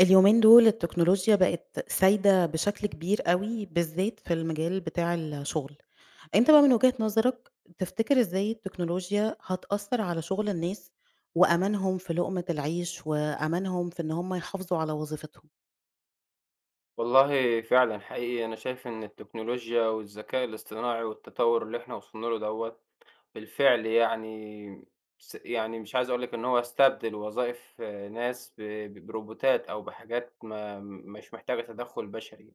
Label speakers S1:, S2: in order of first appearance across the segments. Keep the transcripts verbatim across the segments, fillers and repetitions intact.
S1: اليومين دول التكنولوجيا بقت سايدة بشكل كبير أوي، بالذات في المجال بتاع الشغل. أنت بقى من وجهة نظرك تفتكر إزاي التكنولوجيا هتأثّر على شغل الناس، وأمانهم في لقمة العيش، وأمانهم في إن هم يحافظوا على وظيفتهم؟
S2: والله فعلًا حقيقي أنا شايف إن التكنولوجيا والذكاء الاصطناعي والتطوّر اللي إحنا وصلنا له دوّة، بالفعل يعني س يعني مش عايز أقول لك إن هو استبدل وظائف آه، ناس ب ب بروبوتات أو بحاجات ما مش محتاجة تدخُّل بشري.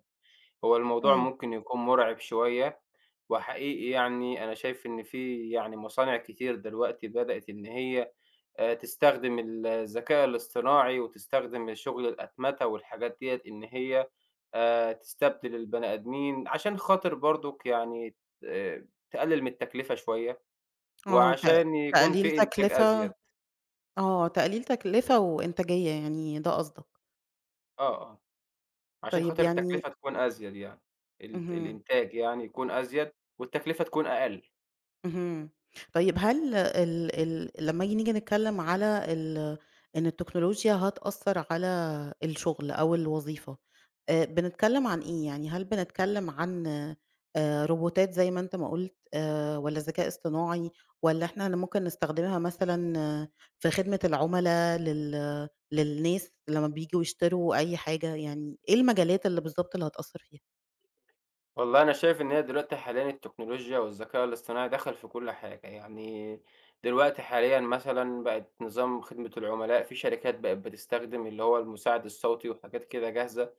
S2: هو الموضوع
S1: إمم.
S2: ممكن يكون مُرعب شوية. وحقيقي يعني أنا شايف إن في يعني مصانع كتير دلوقتي بدأت إن هي آآ تستخدم ال الذكاء الاصطناعي، وتستخدم شغل الأتمتة والحاجات ديّة إن هي آآ تستبدل البني آدمين، عشان خاطر برضُك يعني آآ تقلل من التكلفة شوية،
S1: آه، ت
S2: وعشان يكون
S1: تقليل
S2: في إنتاج
S1: تكلفة
S2: أزيد.
S1: آه، تقليل تكلفة وإنتاجية يعني ده قصدك.
S2: آه، آه، عشان
S1: طيب
S2: خاطر
S1: يعني
S2: التكلفة تكون أزيد يعني، الت
S1: اهم.
S2: الإنتاج يعني يكون أزيد، والتكلفة تكون أقل.
S1: اهم. طيب هل ال ال لمّا ييجي نيجي نتكلّم على ال إن التكنولوجيا هتأثّر على الشغل أو الوظيفة، آآ بنتكلّم عن إيه؟ يعني هل بنتكلّم عن آآ روبوتات زي ما أنت ما قُلت آآ والّا ذكاء اصطناعي والّا إحنا ن ممكن نستخدمها مثلًا آه، في خدمة العُملا لل للناس لمّا بييجوا يشتروا أي حاجة، يعني إيه المجالات اللي بالضبط اللي هتأثّر فيها؟
S2: والله أنا شايف إن هي دلوقتي حاليًا التكنولوجيا والذكاء الاصطناعي دخل في كل حاجة. يعني دلوقتي حاليًا مثلًا بقت نظام خدمة العملاء، في شركات بقت بتستخدم اللي هو المساعد الصوتي وحاجات كده جاهزة،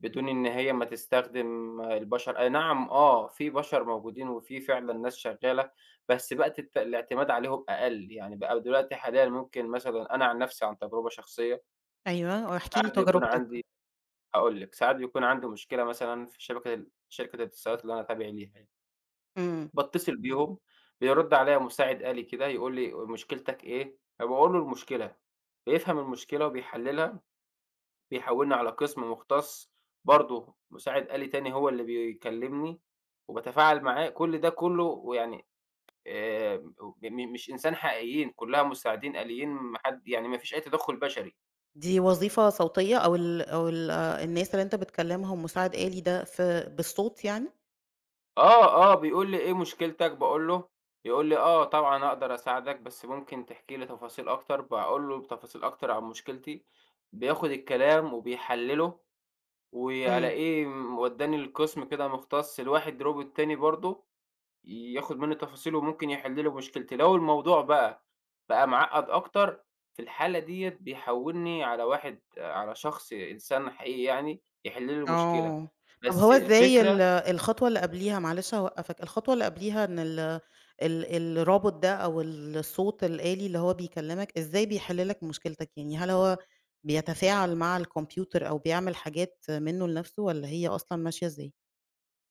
S2: بدون إن هي ما تستخدم البشر. أي نعم آه، في بشر موجودين وفي فعلًا ناس شغالة، بس بقت الت الاعتماد عليهم أقل. يعني بقى دلوقتي حاليًا ممكن مثلًا أنا عن نفسي عن تجربة شخصية،
S1: أيوه، واحكِ لي وأحكِ
S2: ساعات
S1: لك.
S2: بيكون
S1: تجربتك.
S2: عندي هاقول لك، ساعات بيكون عندي مشكلة مثلًا في شبكة ال شركة الاتصالات اللي أنا تابع ليها يعني.
S1: إمم.
S2: باتصل بيهم، بيرُد عليّا مساعد آلي كده يقول لي مشكلتك إيه؟ فباقول له المشكلة، بيفهم المشكلة وبيحلّلها، بيحوّلني على قسم مُختص برضه مساعد آلي تاني هو اللي بيكلّمني وباتفاعل معاه. كل ده كُلّه ويعني آآ م مش إنسان حقيقيين، كُلّها مساعدين آليين ما حد يعني ما فيش أي تدخُّل بشري.
S1: دي وظيفة صوتية أو ال أو ال آآ، الناس اللي أنت بتكلمهم مساعد آلي ده في بالصوت يعني؟
S2: آه، آه، بيقول لي: "إيه مشكلتك؟" باقول له، يقول لي: "آه، طبعًا أقدر أساعدك، بس ممكن تحكي لي تفاصيل أكتر." باقول له تفاصيل أكتر عن مشكلتي، بياخد الكلام وبيحلّله،
S1: إمم،
S2: وألاقيه م ودّاني لقسم كده مختص لواحد روبوت تاني برضه، ياخد منّه تفاصيل وممكن يحل لي مشكلتي. لو الموضوع بقى، بقى معقّد أكتر، في الحالة ديّة بيحوّلني على واحد على شخص إنسان حقيقي يعني، يحل لي المشكلة.
S1: آه، طب
S2: بس
S1: هو إزاي ال
S2: الفكرة
S1: الخطوة اللي قبليها معلش هاوقّفك، الخطوة اللي قبليها إن ال ال الرابط ده أو الصوت الآلي اللي هو بيكلمك إزاي بيحل لك مشكلتك، يعني هل هو بيتفاعل مع الكمبيوتر أو بيعمل حاجات منه لنفسه والّا هي أصلًا ماشية إزاي؟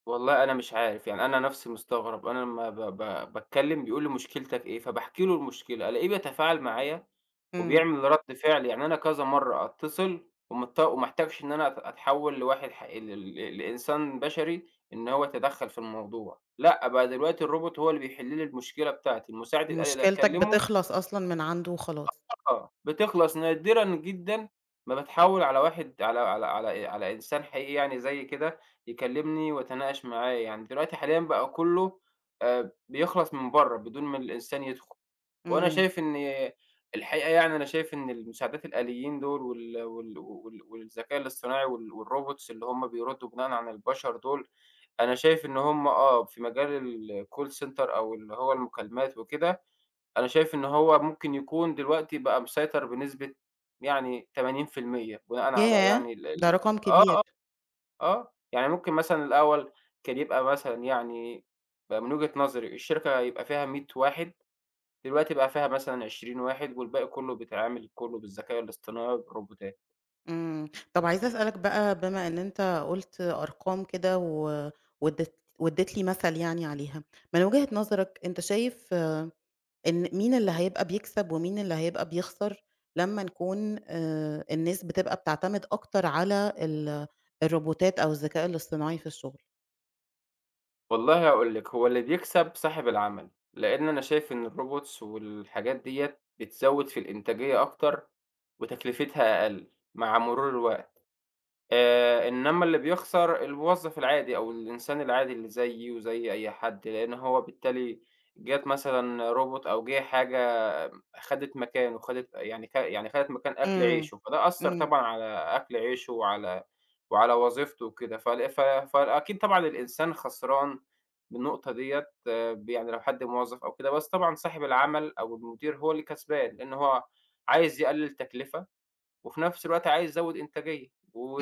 S2: والله أنا مش عارف. يعني أنا نفسي مستغرب، أنا لمّا ب ب باتكلّم بيقول لي مشكلتك إيه، فباحكي له المشكلة، ألاقيه بيتفاعل معايا
S1: إمم،
S2: وبيعمل رَد فعل. يعني أنا كذا مرّة أتصل ومت وما احتاجش إن أنا أت أتحوّل لواحد ح ل ل لإنسان بشري إن هو يتدخّل في الموضوع، لأ بقى دلوقتي الروبوت هو اللي بيحل لي المشكلة بتاعتي، المساعد الآلي ده
S1: مشكلتك
S2: أكلّمه.
S1: بتخلص أصلًا من عنده وخلاص،
S2: آه، بتخلص نادرًا جدًا ما باتحوّل على واحد على على على على إنسان حقيقي يعني زيي كده يكلّمني وأتناقش معاه. يعني دلوقتي حاليًا بقى كُلّه آآ بيخلص من برّه بدون ما الإنسان يدخل. وأنا
S1: إمم،
S2: شايف إن الحقيقة يعني أنا شايف إن المساعدات الآليين دول وال وال وال والذكاء الاصطناعي وال والrobots اللي هم بيردّوا بناءً عن البشر دول، أنا شايف إن هم آه، في مجال الcall center أو اللي هو المكالمات وكده أنا شايف إن هو ممكن يكون دلوقتي بقى مسيطر بنسبة يعني ثمانين في المية بناءً على
S1: ياه!
S2: يعني ال
S1: ده
S2: ال.
S1: رقم كبير.
S2: آه، يعني ممكن مثلًا الأول كان يبقى مثلًا يعني بقى من وجهة نظري الشركة يبقى فيها مية واحد، دلوقتي بقى فيها مثلًا عشرين واحد والباقي كُلّه بيتعامل كُلّه بالذكاء الاصطناعي بالروبوتات.
S1: إمم. طَب عايزة أسألك بقى بما إن أنت قُلت أرقام كده و وادّيت وادّيت لي مثل يعني عليها، من وجهة نظرك أنت شايف آه، إن مين اللي هيبقى بيكسب ومين اللي هيبقى بيخسر لمّا نكون آآ الناس بتبقى بتعتمد أكتر على ال الروبوتات أو الذكاء الاصطناعي في الشغل؟
S2: والله هاقول لِك، هو اللي بيكسب صاحب العمل، لإن أنا شايف إن الrobots والحاجات ديّة بتزوّد في الإنتاجية أكتر وتكلفتها أقل مع مرور الوقت. آآ، إنما اللي بيخسر الموظف العادي أو الإنسان العادي اللي زيي وزي أي حد، لإن هو بالتالي جات مثلًا robot أو جه حاجة خدت مكانه، خدت يعني خ يعني خدت مكان أكل
S1: إمم.
S2: عيشه. فده أثّر
S1: إمم،
S2: طبعًا على أكل عيشه وعلى وعلى وظيفته وكده. فال ف فأكيد طبعًا الإنسان خسران بالنقطة ديّة ب يعني لو حد موظف أو كده، بس طبعًا صاحب العمل أو المدير هو اللي كسبان، لإن هو عايز يقلل تكلفة وفي نفس الوقت عايز أزوّد إنتاجية،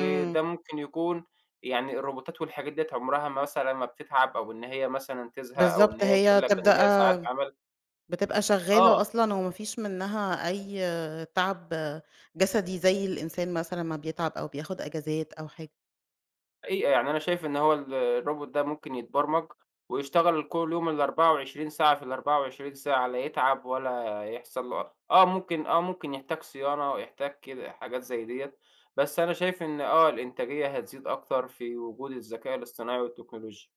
S1: إمم.
S2: ممكن يكون يعني الروبوتات والحاجات ديّة عمرها ما مثلًا ما بتتعب أو إن هي مثلًا تزهق أو إن
S1: بالضبط
S2: هي
S1: هي
S2: تقول لك أنا
S1: تبدأ
S2: ليّا ساعات عمل.
S1: بتبقى شغالة
S2: آه،
S1: أصلًا وما فيش منها أي تعب جسدي زي الإنسان مثلًا ما بيتعب أو بياخد أجازات أو حاجة.
S2: حقيقة يعني أنا شايف إن هو ال الروبوت ده ممكن يتبرمج ويشتغل كل يوم الأربعة وعشرين ساعة في الأربعة وعشرين ساعة، لا يتعب ولا يحصل له آه ممكن آه ممكن يحتاج صيانة ويحتاج كده حاجات زي ديّة. بس أنا شايف إن آه الإنتاجية هتزيد أكتر في وجود الذكاء الاصطناعي والتكنولوجيا.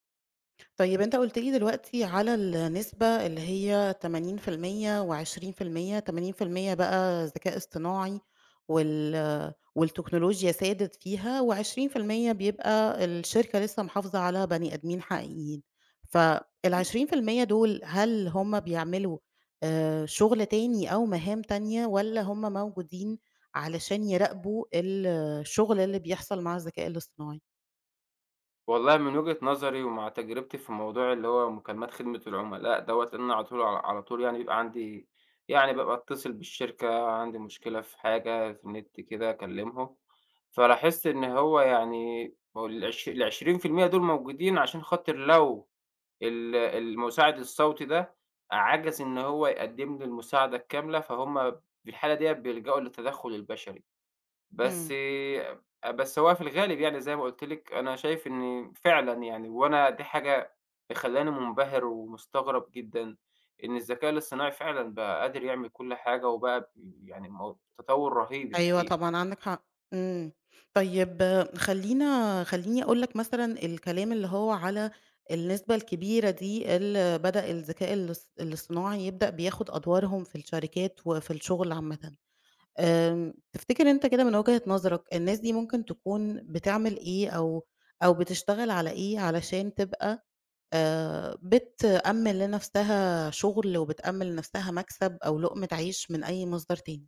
S1: طيب أنت قُلت لي دلوقتي على النسبة اللي هي ثمانين في المية و20%، ثمانين في المية بقى ذكاء اصطناعي وال والتكنولوجيا سادت فيها، و20% بيبقى الشركة لسه محافظة على بني آدمين حقيقيين. فال20% دول هل هم بيعملوا آآ شغل تاني أو مهام تانية، والّا هم موجودين علشان يراقبوا ال الشغل اللي بيحصل مع الذكاء الاصطناعي؟
S2: والله من وجهة نظري ومع تجربتي في موضوع اللي هو مكالمات خدمة العملاء دوّة، لإن أنا على طول على على طول يعني بيبقى عندي يعني بابقى أتصل بالشركة، عندي مشكلة في حاجة في النت كده أكلّمهم. فلاحظت إن هو يعني هو العش العشرين بالمية دول موجودين عشان خاطر لو ال المساعد الصوتي ده عَجَز إن هو يقدّم لي المساعدة الكاملة، فهُم في الحالة ديّة بيلجأوا للتدخُّل البشري. بس أ بس هو في الغالب يعني زي ما قُلت لِك أنا شايف إن فعلًا يعني وأنا دي حاجة مخلّياني مُنبهر ومستغرب جدًا إن الذكاء الاصطناعي فعلًا بقى قادر يعمل كل حاجة وبقى ب يعني مو تطوُّر رهيب
S1: أيوه
S2: الحقيقة.
S1: طبعًا عندك حق، إمم، طيب خلّينا خلّيني أقول لك مثلًا الكلام اللي هو على النسبة الكبيرة دي اللي بدأ الذكاء الاص الاصطناعي يبدأ بياخد أدوارهم في الشركات وفي الشغل عامةً، آمم، تفتكر أنت كده من وجهة نظرك الناس دي ممكن تكون بتعمل إيه أو أو بتشتغل على إيه علشان تبقى آآ، بتأمِّن لنفسها شغل وبتأمِّن لنفسها مكسب أو لقمة عيش من أي مصدر تاني؟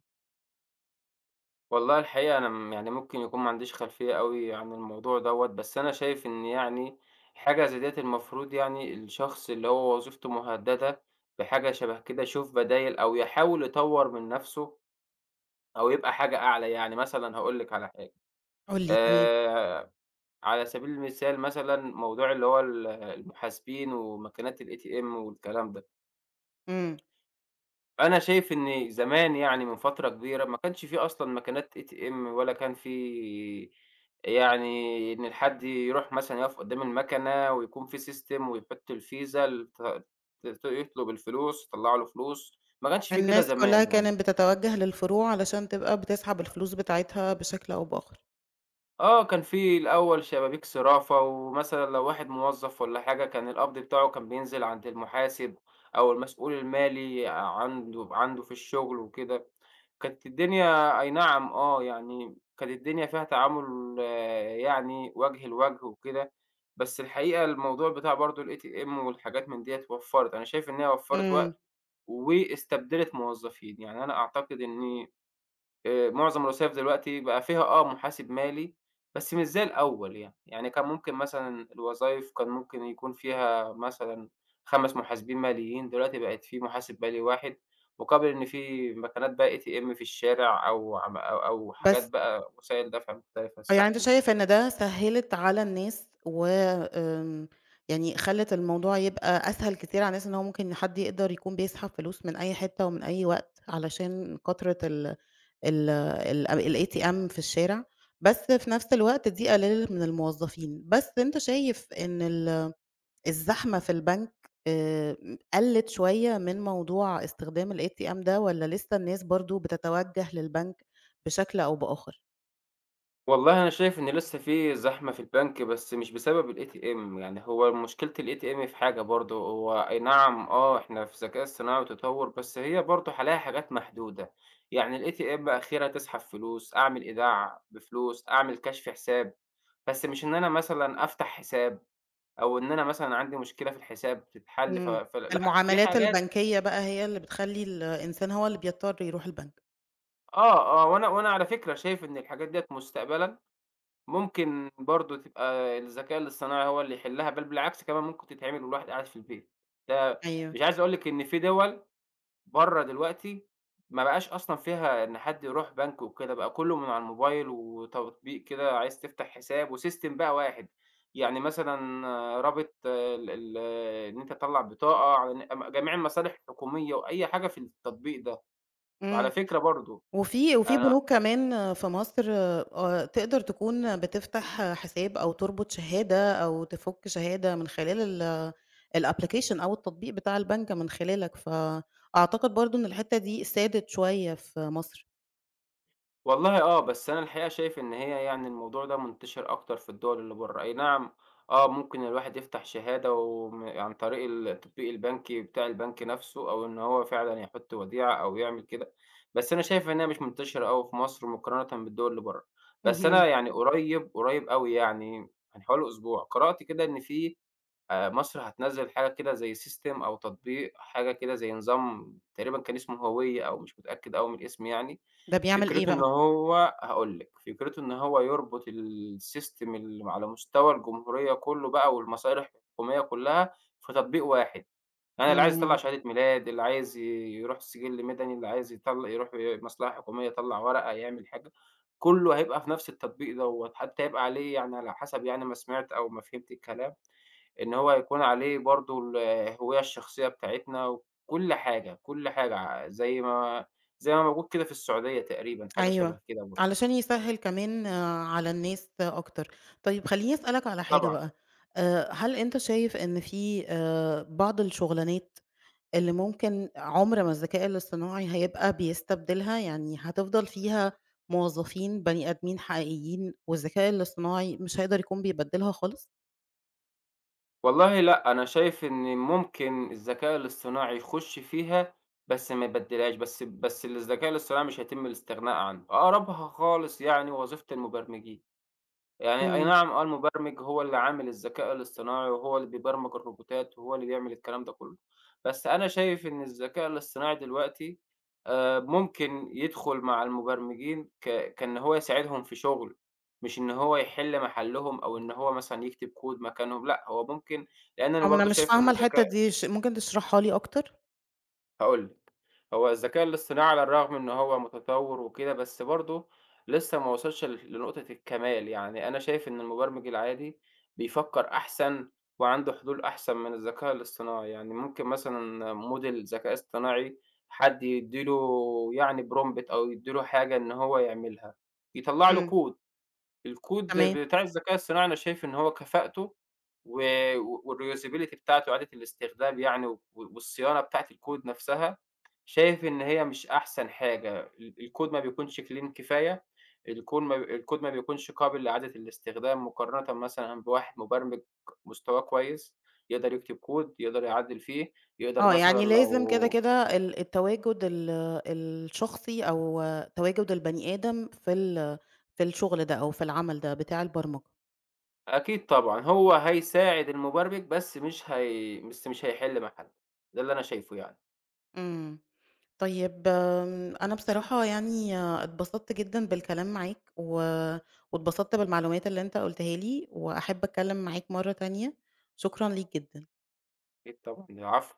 S2: والله الحقيقة أنا م يعني ممكن يكون ما عنديش خلفية أوي عن الموضوع دوّة، بس أنا شايف إن يعني حاجة زي ديّة المفروض يعني الشخص اللي هو وظيفته مهددة بحاجة شبه كده يشوف بدايل أو يحاول يطوّر من نَفْسه أو يبقى حاجة أعلى. يعني مثلًا هاقول لِك على حاجة،
S1: قُل لي، تمام،
S2: آآ على سبيل المثال مثلًا موضوع اللي هو ال المحاسبين وماكينات الATM والكلام ده،
S1: إمم.
S2: أنا شايف إن زمان يعني من فترة كبيرة ما كانش في أصلًا ماكينات إيه تي إم ولا كان في يعني إن الحد يروح مثلًا يقف قدّام الماكينة ويكون في system ويحط الفيزا الت ت يطلب الفلوس، يطلّع له فلوس، ما كانش في كده
S1: الناس كلّها
S2: زمان يعني.
S1: كانت بتتوجّه للفروع علشان تبقى بتسحب الفلوس بتاعتها بشكل أو بآخر.
S2: آه، كان في الأول شبابيك صرافة، ومثلًا لو واحد موظف والّا حاجة كان القبض بتاعه كان بينزل عند المحاسب أو المسؤول المالي عنده عنده في الشغل وكده. كانت الدنيا أي نعم آه، يعني كانت الدنيا فيها تعامل، آه، يعني وجه لوجه وكده. بس الحقيقة الموضوع بتاع برضه الATM والحاجات من ديّة وفّرت، أنا شايف إن هي وفّرت
S1: إمم،
S2: وقت واستبدلت موظفين. يعني أنا أعتقد إن آآ معظم الوظايف دلوقتي بقى فيها آه محاسب مالي، بس مش زي الأول يعني. يعني كان ممكن مثلًا الوظايف كان ممكن يكون فيها مثلًا خمسة محاسبين ماليين، دلوقتي بقت في محاسب مالي واحد، مقابل إن في مكانات بقى إيه تي إم في الشارع أو عم أو أو حاجات
S1: بس
S2: بقى وسائل دفع مختلفة،
S1: آه، يعني أنت
S2: السحب وكده.
S1: شايف إن ده سهّلِت على الناس و آمم، يعني خلّت الموضوع يبقى أسهل كتير على الناس إن هو ممكن حد يقدر يكون بيسحب فلوس من أي حتّة ومن أي وقت علشان كترة ال ال ال الATM في الشارع، بس في نفس الوقت دي قلّلت من الموظفين، بس أنت شايف إن ال الزحمة في البنك آآ قلّت شوية من موضوع استخدام الATM ده والّا لسه الناس برضه بتتوجّه للبنك بشكل أو بآخر؟
S2: والله أنا شايف إن لسه في زحمة في البنك، بس مش بسبب الATM. يعني هو مشكلة الATM في حاجة برضه، هو أي نعم آه إحنا في ذكاء اصطناعي وتطوُّر، بس هي برضه هالاقي حاجات محدودة. يعني الATM آخرها أسحب فلوس، أعمل إيداع بفلوس، أعمل كشف حساب، بس مش إن أنا مثلًا أفتح حساب أو إن أنا مثلًا عندي مشكلة في الحساب تتحل ف
S1: إمم.
S2: فلأ، في
S1: المعاملات
S2: حاجات.
S1: البنكية بقى هي اللي بتخلّي الإنسان هو اللي بيضطر يروح البنك.
S2: آه، آه، وأنا وأنا على فكرة شايف إن الحاجات ديّة مستقبلًا ممكن برضه تبقى الذكاء الاصطناعي هو اللي يحلّها، بل بالعكس كمان ممكن تتعمل والواحد قاعد في البيت. ده
S1: أيوه.
S2: مش عايز أقول لِك إن في دِوَل برّه دلوقتي ما بقاش أصلًا فيها إن حد يروح بنك وكده، بقى كُلّه من على الموبايل وتطبيق كده عايز تفتح حساب وسيستم بقى واحد. يعني مثلًا آه، رابط آه، ال ال آه، إن أنت تطلّع بطاقة على ن م جميع المصالح الحكومية وأي حاجة في التطبيق ده. وعلى
S1: إمم.
S2: فكرة برضه
S1: وفي وفي
S2: أنا
S1: بنوك كمان في مصر آه، تقدر تكون بتفتح حساب أو تربط شهادة أو تفُك شهادة من خلال ال الapplication أو التطبيق بتاع البنك من خلالك، فأعتقد برضه إن الحتّة دي سادت شوية في مصر.
S2: والله آه، بس أنا الحقيقة شايف إن هي يعني الموضوع ده منتشر أكتر في الدول اللي برّه. أي نعم آه، ممكن الواحد يفتح شهادة وم عن طريق ال التطبيق البنكي بتاع البنك نفسه، أو إن هو فعلًا يحط وديعة أو يعمل كده. بس أنا شايف إنها مش منتشرة أوي في مصر مقارنةً بالدول اللي برّه. بس أنا
S1: اهم.
S2: يعني قريب، قريب أوي يعني من حوالي أسبوع، قرأت كده إن في آآ مصر هتنزّل حاجة كده زي system أو تطبيق، حاجة كده زي نظام تقريبًا كان اسمه هوية أو مش متأكد أوي من الاسم يعني.
S1: ده بيعمل إيه
S2: فكرته إن
S1: بقى؟
S2: هو هاقول لِك، فكرته إن هو يربط الsystem اللي على مستوى الجمهورية كُلّه بقى والمصادر الحكومية كُلّها في تطبيق واحد. يعني اللي عايز يطلّع
S1: إمم.
S2: شهادة ميلاد، اللي عايز ي يروح سجل مدني، اللي عايز يطل يروح مصلحة حكومية يطلّع ورقة، يعمل حاجة. كُلّه هيبقى في نفس التطبيق دوّة. حتى هيبقى عليه يعني على حسب يعني ما سمعت أو ما فهمت الكلام إن هو يكون عليه برضه الهوية الشخصية بتاعتنا وكل حاجة، كل حاجة ع زي ما زي ما موجود كده في السعودية تقريبًا، حاجة
S1: أيوه.
S2: شبه كده برضه.
S1: علشان يسهّل كمان آه، على الناس أكتر. طيب خلّيني أسألك على حاجة
S2: طبعًا.
S1: بقى، آآ هل أنت شايف إن في آآ بعض الشُغلانات اللي ممكن عُمر ما الذكاء الاصطناعي هيبقى بيستبدلها، يعني هتفضل فيها موظفين بني آدمين حقيقيين، والذكاء الاصطناعي مش هيقدر يكون بيبدلها خالص؟
S2: والله لأ، أنا شايف إن ممكن الذكاء الاصطناعي يخُش فيها، بس ما يبدّلهاش. بس بس الذكاء الاصطناعي مش هيتم الاستغناء عنه، أقربها خالص يعني وظيفة المبرمجين. يعني أي
S1: إمم.
S2: نعم آه، المبرمج هو اللي عامل الذكاء الاصطناعي، وهو اللي بيبرمج الروبوتات، وهو اللي بيعمل الكلام ده كله. بس أنا شايف إن الذكاء الاصطناعي دلوقتي آآ، ممكن يدخل مع المبرمجين ك كإن هو يساعدهم في شغل، مش إن هو يحل محلهم، أو إن هو مثلًا يكتب كود مكانهم، لأ هو ممكن لأن أنا
S1: أو ما أنا
S2: برضه
S1: مش
S2: شايف إن
S1: فاهمة الحتّة
S2: الذكاء
S1: دي ش ممكن تشرحها لي أكتر؟
S2: هاقول لِك. هو الذكاء الاصطناعي على الرغم إن هو متطوّر وكده، بس برضه لسه ما وصلش ل لنقطة الكمال. يعني أنا شايف إن المبرمج العادي بيفكّر أحسن وعنده حلول أحسن من الذكاء الاصطناعي. يعني ممكن مثلًا موديل ذكاء اصطناعي حد يدّي له يعني prompt أو يدّي له حاجة إن هو يعملها، يطلّع له
S1: إمم،
S2: كود، الكود
S1: تمام.
S2: بتاع الذكاء الصناعي أنا شايف إن هو كفاءته و والreusability بتاعته إعادة الاستخدام يعني و والصيانة بتاعة الكود نَفْسها شايف إن هي مش أحسن حاجة. ال الكود ما بيكونش clean كفاية، الكود ما الكود ما بيكونش قابل لإعادة الاستخدام مقارنةً مثلًا بواحد مبرمج مستواه كويس، يقدر يكتب كود، يقدر يعدِّل فيه، يقدر
S1: آه،
S2: مثلًا
S1: يعني لازم كده،
S2: لو
S1: كده ال التواجد ال الشخصي أو تواجد البني آدم في ال في الشغل ده أو في العمل ده بتاع البرمجة.
S2: أكيد طبعًا، هو هيساعد المبرمج بس مش هي بس مش هيحل محله، ده اللي أنا شايفه يعني.
S1: إمم. طيب آمم، أنا بصراحة يعني آه، اتبسطت جدًا بالكلام معاك، و واتبسطت بالمعلومات اللي أنت قُلتها لي، وأحب أتكلم معاك مرة تانية، شكرًا ليك جدًا.
S2: أكيد طبعًا، العفو.